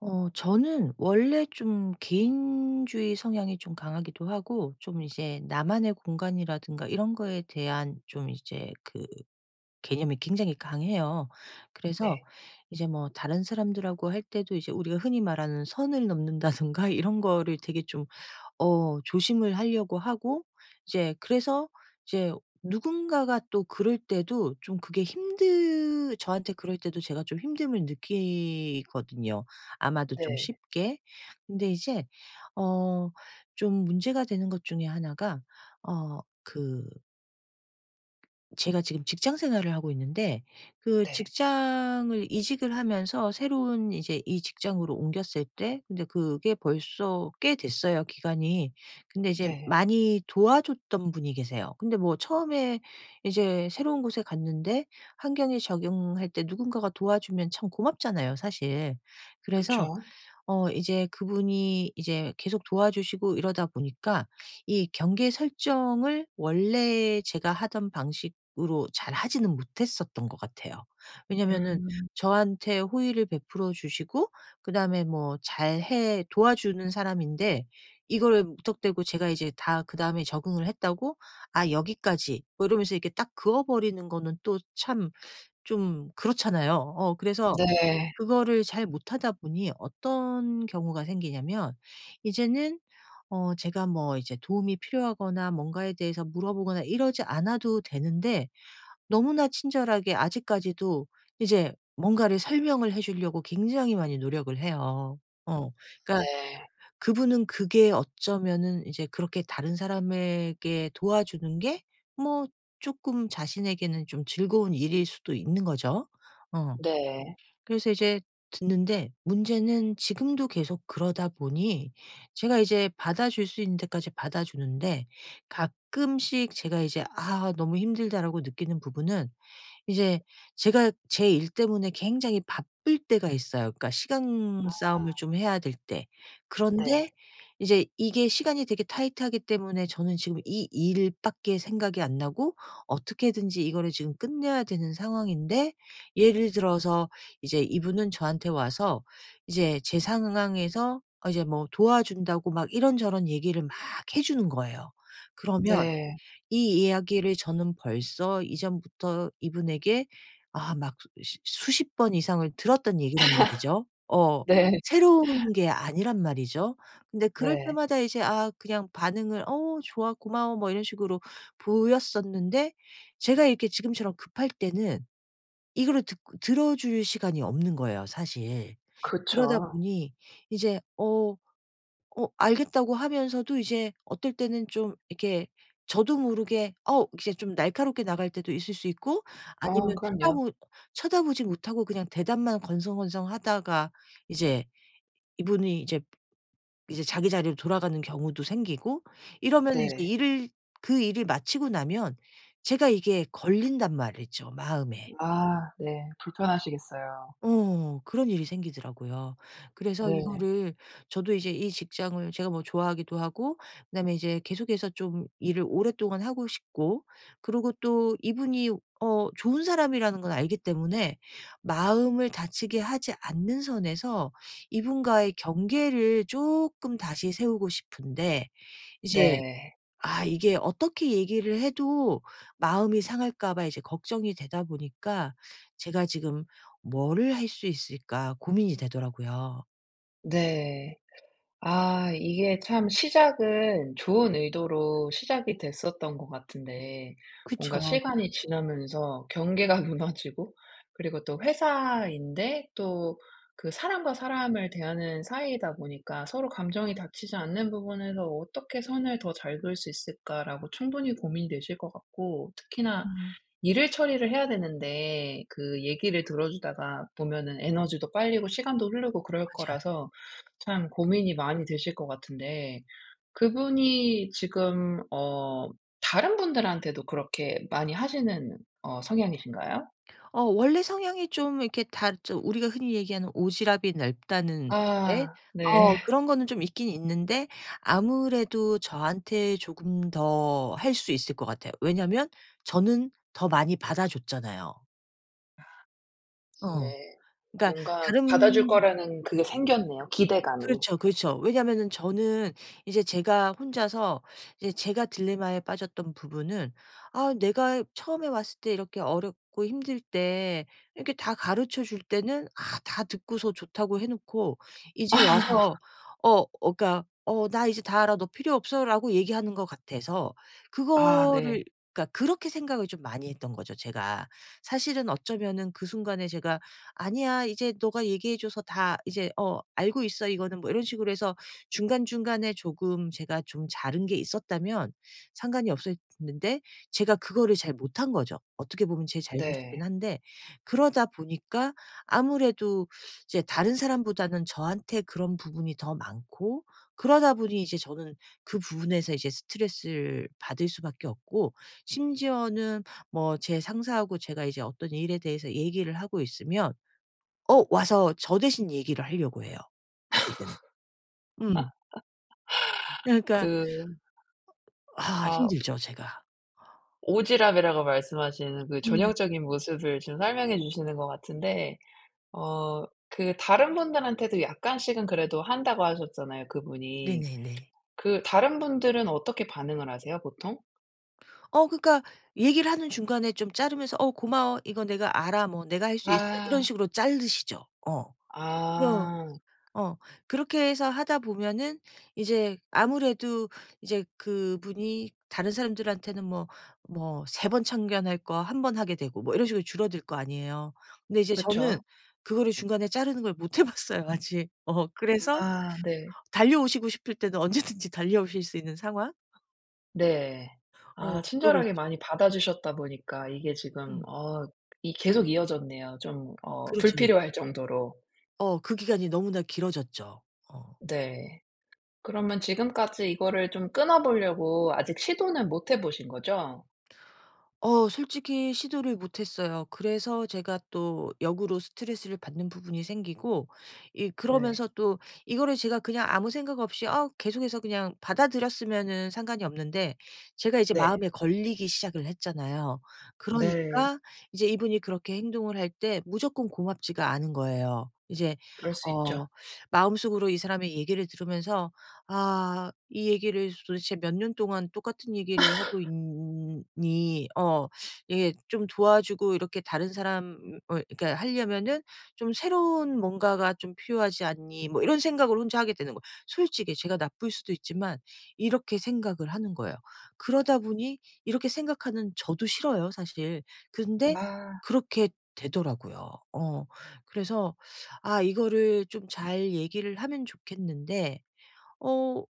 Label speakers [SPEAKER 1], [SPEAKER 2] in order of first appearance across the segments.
[SPEAKER 1] 저는 원래 좀 개인주의 성향이 좀 강하기도 하고 좀 이제 나만의 공간이라든가 이런 거에 대한 좀 이제 그 개념이 굉장히 강해요. 그래서
[SPEAKER 2] 네.
[SPEAKER 1] 이제 뭐 다른 사람들하고 할 때도 이제 우리가 흔히 말하는 선을 넘는다든가 이런 거를 되게 좀 조심을 하려고 하고 이제 그래서 이제 누군가가 또 그럴 때도 좀 그게 힘들, 저한테 그럴 때도 제가 좀 힘듦을 느끼거든요, 아마도 좀
[SPEAKER 2] 네.
[SPEAKER 1] 쉽게. 근데 이제 어 좀 문제가 되는 것 중에 하나가 어그 제가 지금 직장 생활을 하고 있는데, 그
[SPEAKER 2] 네.
[SPEAKER 1] 직장을 이직을 하면서 새로운, 이제 이 직장으로 옮겼을 때, 근데 그게 벌써 꽤 됐어요, 기간이. 근데 이제
[SPEAKER 2] 네.
[SPEAKER 1] 많이 도와줬던 분이 계세요. 근데 뭐 처음에 이제 새로운 곳에 갔는데, 환경에 적응할 때 누군가가 도와주면 참 고맙잖아요, 사실. 그래서
[SPEAKER 2] 그쵸.
[SPEAKER 1] 이제 그분이 이제 계속 도와주시고 이러다 보니까 이 경계 설정을 원래 제가 하던 방식으로 잘 하지는 못했었던 것 같아요. 음. 왜냐면은
[SPEAKER 2] 음.
[SPEAKER 1] 저한테 호의를 베풀어 주시고 그다음에 뭐 잘해 도와주는 사람인데, 이거를 무턱대고 제가 이제 다 그다음에 적응을 했다고 '아 여기까지.' 뭐 이러면서 이렇게 딱 그어 버리는 거는 또 참 좀 그렇잖아요. 그래서
[SPEAKER 2] 네.
[SPEAKER 1] 그거를 잘 못하다 보니 어떤 경우가 생기냐면, 이제는 제가 뭐 이제 도움이 필요하거나 뭔가에 대해서 물어보거나 이러지 않아도 되는데, 너무나 친절하게 아직까지도 이제 뭔가를 설명을 해 주려고 굉장히 많이 노력을 해요. 어. 그러니까
[SPEAKER 2] 네.
[SPEAKER 1] 그분은 그게 어쩌면은 이제 그렇게 다른 사람에게 도와주는 게 뭐 쪼끔 자신에게는 좀 즐거운 일일 수도 있는 거죠. 어.
[SPEAKER 2] 네.
[SPEAKER 1] 그래서 이제 듣는데, 문제는 지금도 계속 그러다 보니, 제가 이제 받아줄 수 있는 데까지 받아주는데 가끔씩 제가 이제 '아 너무 힘들다.'라고 느끼는 부분은, 이제 제가 제 일 때문에 굉장히 바쁠 때가 있어요. 그러니까 시간 싸움을 좀 해야 될 때.
[SPEAKER 2] 네.
[SPEAKER 1] 그런데 이제 이게 시간이 되게 타이트하기 때문에 저는 지금 이 일 밖에 생각이 안 나고, 어떻게든지 이거를 지금 끝내야 되는 상황인데, 예를 들어서 이제 이분은 저한테 와서 이제 제 상황에서 이제 뭐 도와준다고 막 이런저런 얘기를 막 해 주는 거예요. 그러면
[SPEAKER 2] 네.
[SPEAKER 1] 이 이야기를 저는 벌써 이전부터 이분에게 아 막 수 수십 번 이상을 들었던 얘기란 말이죠. 어.
[SPEAKER 2] 네.
[SPEAKER 1] 새로운 게 아니란 말이죠. 근데 그럴
[SPEAKER 2] 네.
[SPEAKER 1] 때마다 이제 아 그냥 반응을 "어 좋아. 고마워." 뭐 이런 식으로 보였었는데, 제가 이렇게 지금처럼 급할 때는 이거를 듣고 들어 줄 시간이 없는 거예요, 사실. 그러다
[SPEAKER 2] 그쵸.
[SPEAKER 1] 보니 이제 알겠다고 하면서도 이제 어떨 때는 좀 이렇게 저도 모르게 이제 좀 날카롭게 나갈 때도 있을 수 있고,
[SPEAKER 2] 어
[SPEAKER 1] 아니면
[SPEAKER 2] 그럼요.
[SPEAKER 1] 쳐다보지 못하고 그냥 대답만 건성건성하다가 이제 이분이 이제 자기 자리로 돌아가는 경우도 생기고, 이러면 이제
[SPEAKER 2] 네.
[SPEAKER 1] 일을, 그 일을 마치고 나면 제가 이게 걸린단 말이죠, 마음에.
[SPEAKER 2] 아 네. 불편하시겠어요.
[SPEAKER 1] 그런 일이 생기더라고요. 그래서
[SPEAKER 2] 네.
[SPEAKER 1] 이거를, 저도 이제 이 직장을 제가 뭐 좋아하기도 하고 그다음에 이제 계속해서 좀 일을 오랫동안 하고 싶고, 그리고 또 이분이 좋은 사람이라는 건 알기 때문에 마음을 다치게 하지 않는 선에서 이분과의 경계를 조금 다시 세우고 싶은데, 이제
[SPEAKER 2] 네.
[SPEAKER 1] 아 이게 어떻게 얘기를 해도 마음이 상할까 봐 이제 걱정이 되다 보니까 제가 지금 뭐를 할 수 있을까 고민이 되더라고요.
[SPEAKER 2] 네. 아 이게 참 시작은 좋은 의도로 시작이 됐었던 것 같은데 뭔가
[SPEAKER 1] 그쵸.
[SPEAKER 2] 시간이 지나면서 경계가 무너지고 그리고 또 회사인데 또 그 사람과 사람을 대하는 사이이다 보니까 서로 감정이 닥치지 않는 부분에서 '어떻게 선을 더 잘 그을 수 있을까?'라고 충분히 고민되실 것 같고 특히나
[SPEAKER 1] 음.
[SPEAKER 2] 일을 처리를 해야 되는데 그 얘기를 들어주다가 보면은 에너지도 빨리고 시간도 흐르고 그럴
[SPEAKER 1] 맞아요.
[SPEAKER 2] 거라서 참 고민이 많이 되실 것 같은데 그분이 지금 어 다른 분들한테도 그렇게 많이 하시는 어 성향이신가요?
[SPEAKER 1] 원래 성향이 좀 이렇게 다 좀 우리가 흔히 얘기하는 오지랖이 넓다는 스타일?
[SPEAKER 2] 아 네.
[SPEAKER 1] 그런 거는 좀 있긴 있는데, 아무래도 저한테 조금 더 할 수 있을 것 같아요. 왜냐면 저는 더 많이 받아 줬잖아요. 어.
[SPEAKER 2] 예.
[SPEAKER 1] 그러니까
[SPEAKER 2] 뭔가 받아줄
[SPEAKER 1] 다른
[SPEAKER 2] 거라는 그게 생겼네요, 기대감이.
[SPEAKER 1] 그렇죠, 그렇죠. 왜냐면은 저는 이제 제가 혼자서 이제 제가 딜레마에 빠졌던 부분은 '아 내가 처음에 왔을 때 이렇게 어렵고 힘들 때 이렇게 다 가르쳐 줄 때는 아 다 듣고서 좋다고 해 놓고, 이제 와서 그러니까 '어 나 이제 다 알아. 너 필요 없어.'라고 얘기하는 것 같아서
[SPEAKER 2] 아 네.
[SPEAKER 1] 그거를, 그러니까 그렇게 생각을 좀 많이 했던 거죠, 제가. 사실은 어쩌면은 그 순간에 제가 "아니야. 이제 너가 얘기해 줘서 다 이제 어 알고 있어 이거는." 뭐 이런 식으로 해서 중간중간에 조금 제가 좀 자른 게 있었다면 상관이 없었는데, 제가 그거를 잘 못한 거죠. 어떻게 보면 제 잘못이긴
[SPEAKER 2] 네.
[SPEAKER 1] 한데, 그러다 보니까 아무래도 이제 다른 사람보다는 저한테 그런 부분이 더 많고, 그러다 보니 이제 저는 그 부분에서 이제 스트레스를 받을 수밖에 없고, 심지어는 뭐 제 상사하고 제가 이제 어떤 일에 대해서 얘기를 하고 있으면 와서 저 대신 얘기를 하려고 해요, 어떨 때는. 음. 그러니까
[SPEAKER 2] 그
[SPEAKER 1] 아
[SPEAKER 2] 아.
[SPEAKER 1] 힘들죠, 제가.
[SPEAKER 2] 오지랖이라고 말씀하시는 그
[SPEAKER 1] 음.
[SPEAKER 2] 전형적인 모습을 지금 설명해 주시는 것 같은데 어 그 다른 분들한테도 약간씩은 그래도 한다고 하셨잖아요, 그분이.
[SPEAKER 1] 네네네.
[SPEAKER 2] 그 다른 분들은 어떻게 반응을 하세요, 보통?
[SPEAKER 1] 그러니까 얘기를 하는 중간에 좀 자르면서 "어 고마워. 이거 내가 알아." 뭐 "내가 할 수 있어." 이런
[SPEAKER 2] 아.
[SPEAKER 1] 식으로 자르시죠. 어. 그럼.
[SPEAKER 2] 아.
[SPEAKER 1] 어. 그렇게 해서 하다 보면은 이제 아무래도 이제 그분이 다른 사람들한테는 뭐 뭐 3번 참견할 거 1번 하게 되고 뭐 이런 식으로 줄어들 거 아니에요. 근데 이제 저는
[SPEAKER 2] 그쵸.
[SPEAKER 1] 그거를 중간에 자르는 걸 못해 봤어요, 아직. 그래서
[SPEAKER 2] 아 네.
[SPEAKER 1] 달려오시고 싶을 때는 언제든지 달려오실 수 있는 상황?
[SPEAKER 2] 네. 아
[SPEAKER 1] 그러고
[SPEAKER 2] 친절하게
[SPEAKER 1] 있죠.
[SPEAKER 2] 많이 받아주셨다 보니까 이게 지금
[SPEAKER 1] 음.
[SPEAKER 2] 어 이 계속 이어졌네요. 좀 어
[SPEAKER 1] 그렇죠, 그렇죠.
[SPEAKER 2] 불필요할 정도로.
[SPEAKER 1] 그 기간이 너무나 길어졌죠. 어.
[SPEAKER 2] 네. 그러면 지금까지 이거를 좀 끊어 보려고 아직 시도는 못 해 보신 거죠?
[SPEAKER 1] 솔직히 시도를 못 했어요. 그래서 제가 또 역으로 스트레스를 받는 부분이 생기고, 이
[SPEAKER 2] 네.
[SPEAKER 1] 그러면서 또 이거를 제가 그냥 아무 생각 없이 계속해서 그냥 받아들였으면은 상관이 없는데, 제가 이제
[SPEAKER 2] 네.
[SPEAKER 1] 마음에 걸리기 시작을 했잖아요.
[SPEAKER 2] 네.
[SPEAKER 1] 그러니까 이제 이분이 그렇게 행동을 할 때 무조건 고맙지가 않은 거예요, 이제.
[SPEAKER 2] 그럴 수 있죠.
[SPEAKER 1] 어 마음속으로 이 사람의 얘기를 들으면서, 아 이 얘기를 도대체 몇 년 동안 똑같은 얘기를 하고 있니, 이게 좀 도와주고 이렇게 다른 사람을 그러니까 하려면은 좀 새로운 뭔가가 좀 필요하지 않니, 뭐 이런 생각을 혼자 하게 되는 거예요. 솔직히 제가 나쁠 수도 있지만, 이렇게 생각을 하는 거예요. 그러다 보니 이렇게 생각하는 저도 싫어요, 사실. 근데
[SPEAKER 2] 아.
[SPEAKER 1] 그렇게 되더라고요. 어. 그래서 아 이거를 좀 잘 얘기를 하면 좋겠는데, 어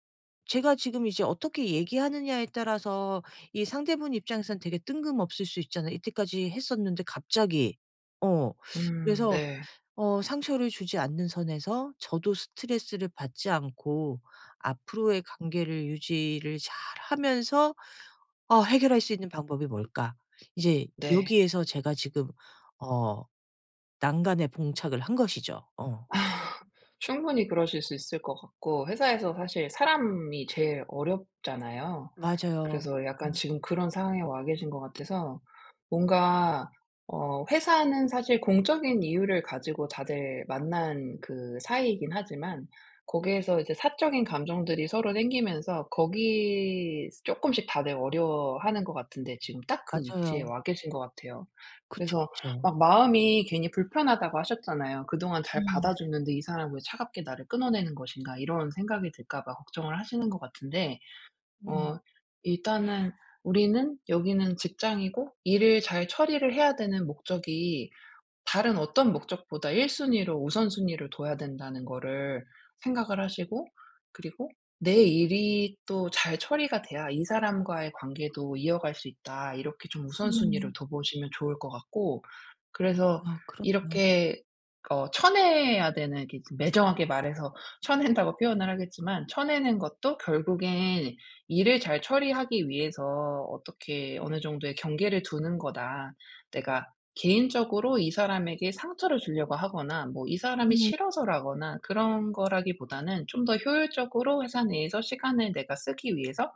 [SPEAKER 1] 제가 지금 이제 어떻게 얘기하느냐에 따라서 이 상대분 입장에선 되게 뜬금없을 수 있잖아요. 이때까지 했었는데 갑자기. 어. 그래서
[SPEAKER 2] 네.
[SPEAKER 1] 상처를 주지 않는 선에서 저도 스트레스를 받지 않고 앞으로의 관계를 유지를 잘하면서 '해결할 수 있는 방법이 뭘까?' 이제
[SPEAKER 2] 네.
[SPEAKER 1] 여기에서 제가 지금 어 난간에 봉착을 한 것이죠. 어.
[SPEAKER 2] 아, 충분히 그러실 수 있을 것 같고 회사에서 사실 사람이 제일 어렵잖아요.
[SPEAKER 1] 맞아요.
[SPEAKER 2] 그래서 약간
[SPEAKER 1] 음.
[SPEAKER 2] 지금 그런 상황에 와 계신 것 같아서 뭔가 어 회사는 사실 공적인 이유를 가지고 다들 만난 그 사이이긴 하지만 거기에서 이제 사적인 감정들이 서로 생기면서 거기 조금씩 다들 어려워하는 것 같은데 지금 딱 그 위치에
[SPEAKER 1] 맞아요.
[SPEAKER 2] 와 계신 것 같아요.
[SPEAKER 1] 그쵸,
[SPEAKER 2] 그래서
[SPEAKER 1] 그쵸.
[SPEAKER 2] 막 마음이 괜히 불편하다고 하셨잖아요. '그동안 잘
[SPEAKER 1] 음.
[SPEAKER 2] 받아줬는데 이 사람은 왜 차갑게 나를 끊어내는 것인가.' 이런 생각이 들까 봐 걱정을 하시는 것 같은데
[SPEAKER 1] 음.
[SPEAKER 2] 어 일단은 우리는 여기는 직장이고 일을 잘 처리를 해야 되는 목적이 다른 어떤 목적보다 1순위 순위로 우선순위를 둬야 된다는 거를 생각을 하시고 그리고 '내 일이 또 잘 처리가 돼야 이 사람과의 관계도 이어갈 수 있다.' 이렇게 좀
[SPEAKER 1] 음.
[SPEAKER 2] 우선순위를 둬 보시면 좋을 것 같고 그래서
[SPEAKER 1] 아 그러네요.
[SPEAKER 2] 이렇게 어 쳐내야 되는 이렇게 좀 매정하게 말해서 쳐낸다고 표현을 하겠지만 쳐내는 것도 결국엔 '일을 잘 처리하기 위해서 어떻게 어느 정도의 경계를 두는 거다. 내가 개인적으로 이 사람에게 상처를 주려고 하거나 뭐 이 사람이
[SPEAKER 1] 네.
[SPEAKER 2] 싫어서라거나 그런 거라기보다는 좀 더 효율적으로 회사 내에서 시간을 내가 쓰기 위해서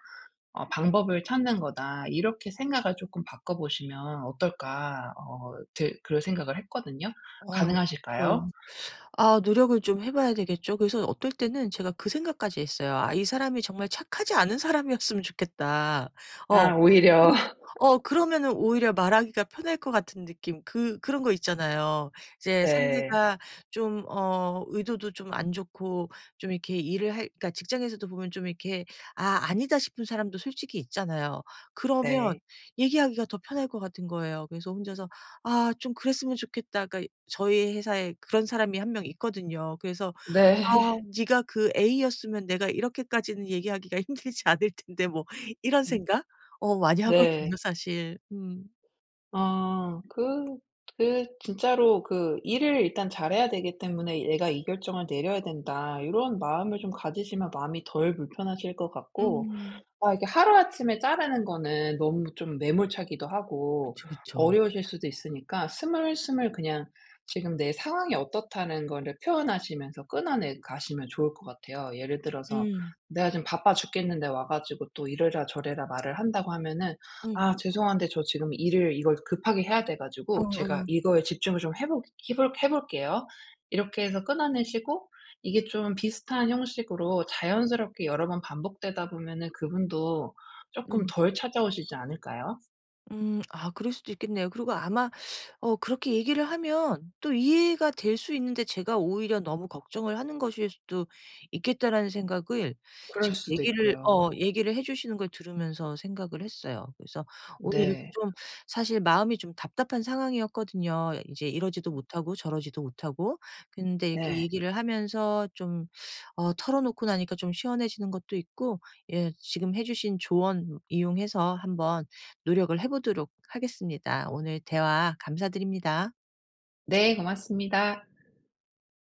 [SPEAKER 2] 어 '방법을 찾는 거다.' 이렇게 생각을 조금 바꿔 보시면 어떨까 어 들 그럴 생각을 했거든요.
[SPEAKER 1] 아 그렇죠.
[SPEAKER 2] 가능하실까요?
[SPEAKER 1] 아 노력을 좀 해 봐야 되겠죠. 그래서 어떨 때는 제가 그 생각까지 했어요. '아 이 사람이 정말 착하지 않은 사람이었으면 좋겠다.' 어.
[SPEAKER 2] 아 오히려
[SPEAKER 1] 그러 어 그러면은 오히려 말하기가 편할 것 같은 느낌. 그 그런 거 있잖아요. 이제
[SPEAKER 2] 네.
[SPEAKER 1] 상대가 좀 의도도 좀 안 좋고 좀 이렇게 일을 할, 그러니까 직장에서도 보면 좀 이렇게 '아 아니다.' 싶은 사람도 솔직히 있잖아요. 그러면
[SPEAKER 2] 네.
[SPEAKER 1] 얘기하기가 더 편할 것 같은 거예요. 그래서 혼자서 "아 좀 그랬으면 좋겠다." 그 저희 회사에 그런 사람이 1명 있거든요. 그래서 "아
[SPEAKER 2] 네.
[SPEAKER 1] 네가 그 A였으면 내가 이렇게까지는 얘기하기가 힘들지 않을 텐데." 뭐 이런
[SPEAKER 2] 음
[SPEAKER 1] 생각? 많이
[SPEAKER 2] 네.
[SPEAKER 1] 하거든요, 사실. 음.
[SPEAKER 2] 어 그 진짜로 그 '일을 일단 잘해야 되기 때문에 내가 이 결정을 내려야 된다.' 이런 마음을 좀 가지시면 마음이 덜 불편하실 것 같고
[SPEAKER 1] 음.
[SPEAKER 2] 아 이게 하루아침에 자르는 거는 너무 좀 매몰차기도 하고
[SPEAKER 1] 그쵸, 그쵸.
[SPEAKER 2] 어려우실 수도 있으니까 스물스물 그냥 지금 내 상황이 어떻다는 거를 표현하시면서 끊어내 가시면 좋을 것 같아요. 예를 들어서
[SPEAKER 1] 음.
[SPEAKER 2] "내가 지금 바빠 죽겠는데 와 가지고 또 이래라 저래라 말을 한다고 하면은
[SPEAKER 1] 음.
[SPEAKER 2] '아 죄송한데 저 지금 일을 이걸 급하게 해야 돼 가지고 제가
[SPEAKER 1] 어어.
[SPEAKER 2] 이거에 집중을 좀 해보 해볼 해 볼게요.' 이렇게 해서 끊어내시고 이게 좀 비슷한 형식으로 자연스럽게 여러 번 반복되다 보면은 그분도 쪼끔
[SPEAKER 1] 음.
[SPEAKER 2] 덜 찾아오시지 않을까요?
[SPEAKER 1] 음. 아 그럴 수도 있겠네요. 그리고 아마 그렇게 얘기를 하면 또 이해가 될 수 있는데, 제가 오히려 너무 걱정을 하는 것일 수도 있겠다라는 생각을 지금
[SPEAKER 2] 그럴 수도 있고요.
[SPEAKER 1] 얘기를 해 주시는 걸 들으면서 생각을 했어요. 그래서 오늘 이렇게
[SPEAKER 2] 네.
[SPEAKER 1] 좀, 사실 마음이 좀 답답한 상황이었거든요. 이제 이러지도 못하고 저러지도 못하고. 근데 이렇게
[SPEAKER 2] 네.
[SPEAKER 1] 얘기를 하면서 좀 털어놓고 나니까 좀 시원해지는 것도 있고, 예 지금 해 주신 조언 이용해서 한번 노력을 해 보도록 하겠습니다. 오늘 대화 감사드립니다.
[SPEAKER 2] 네 고맙습니다.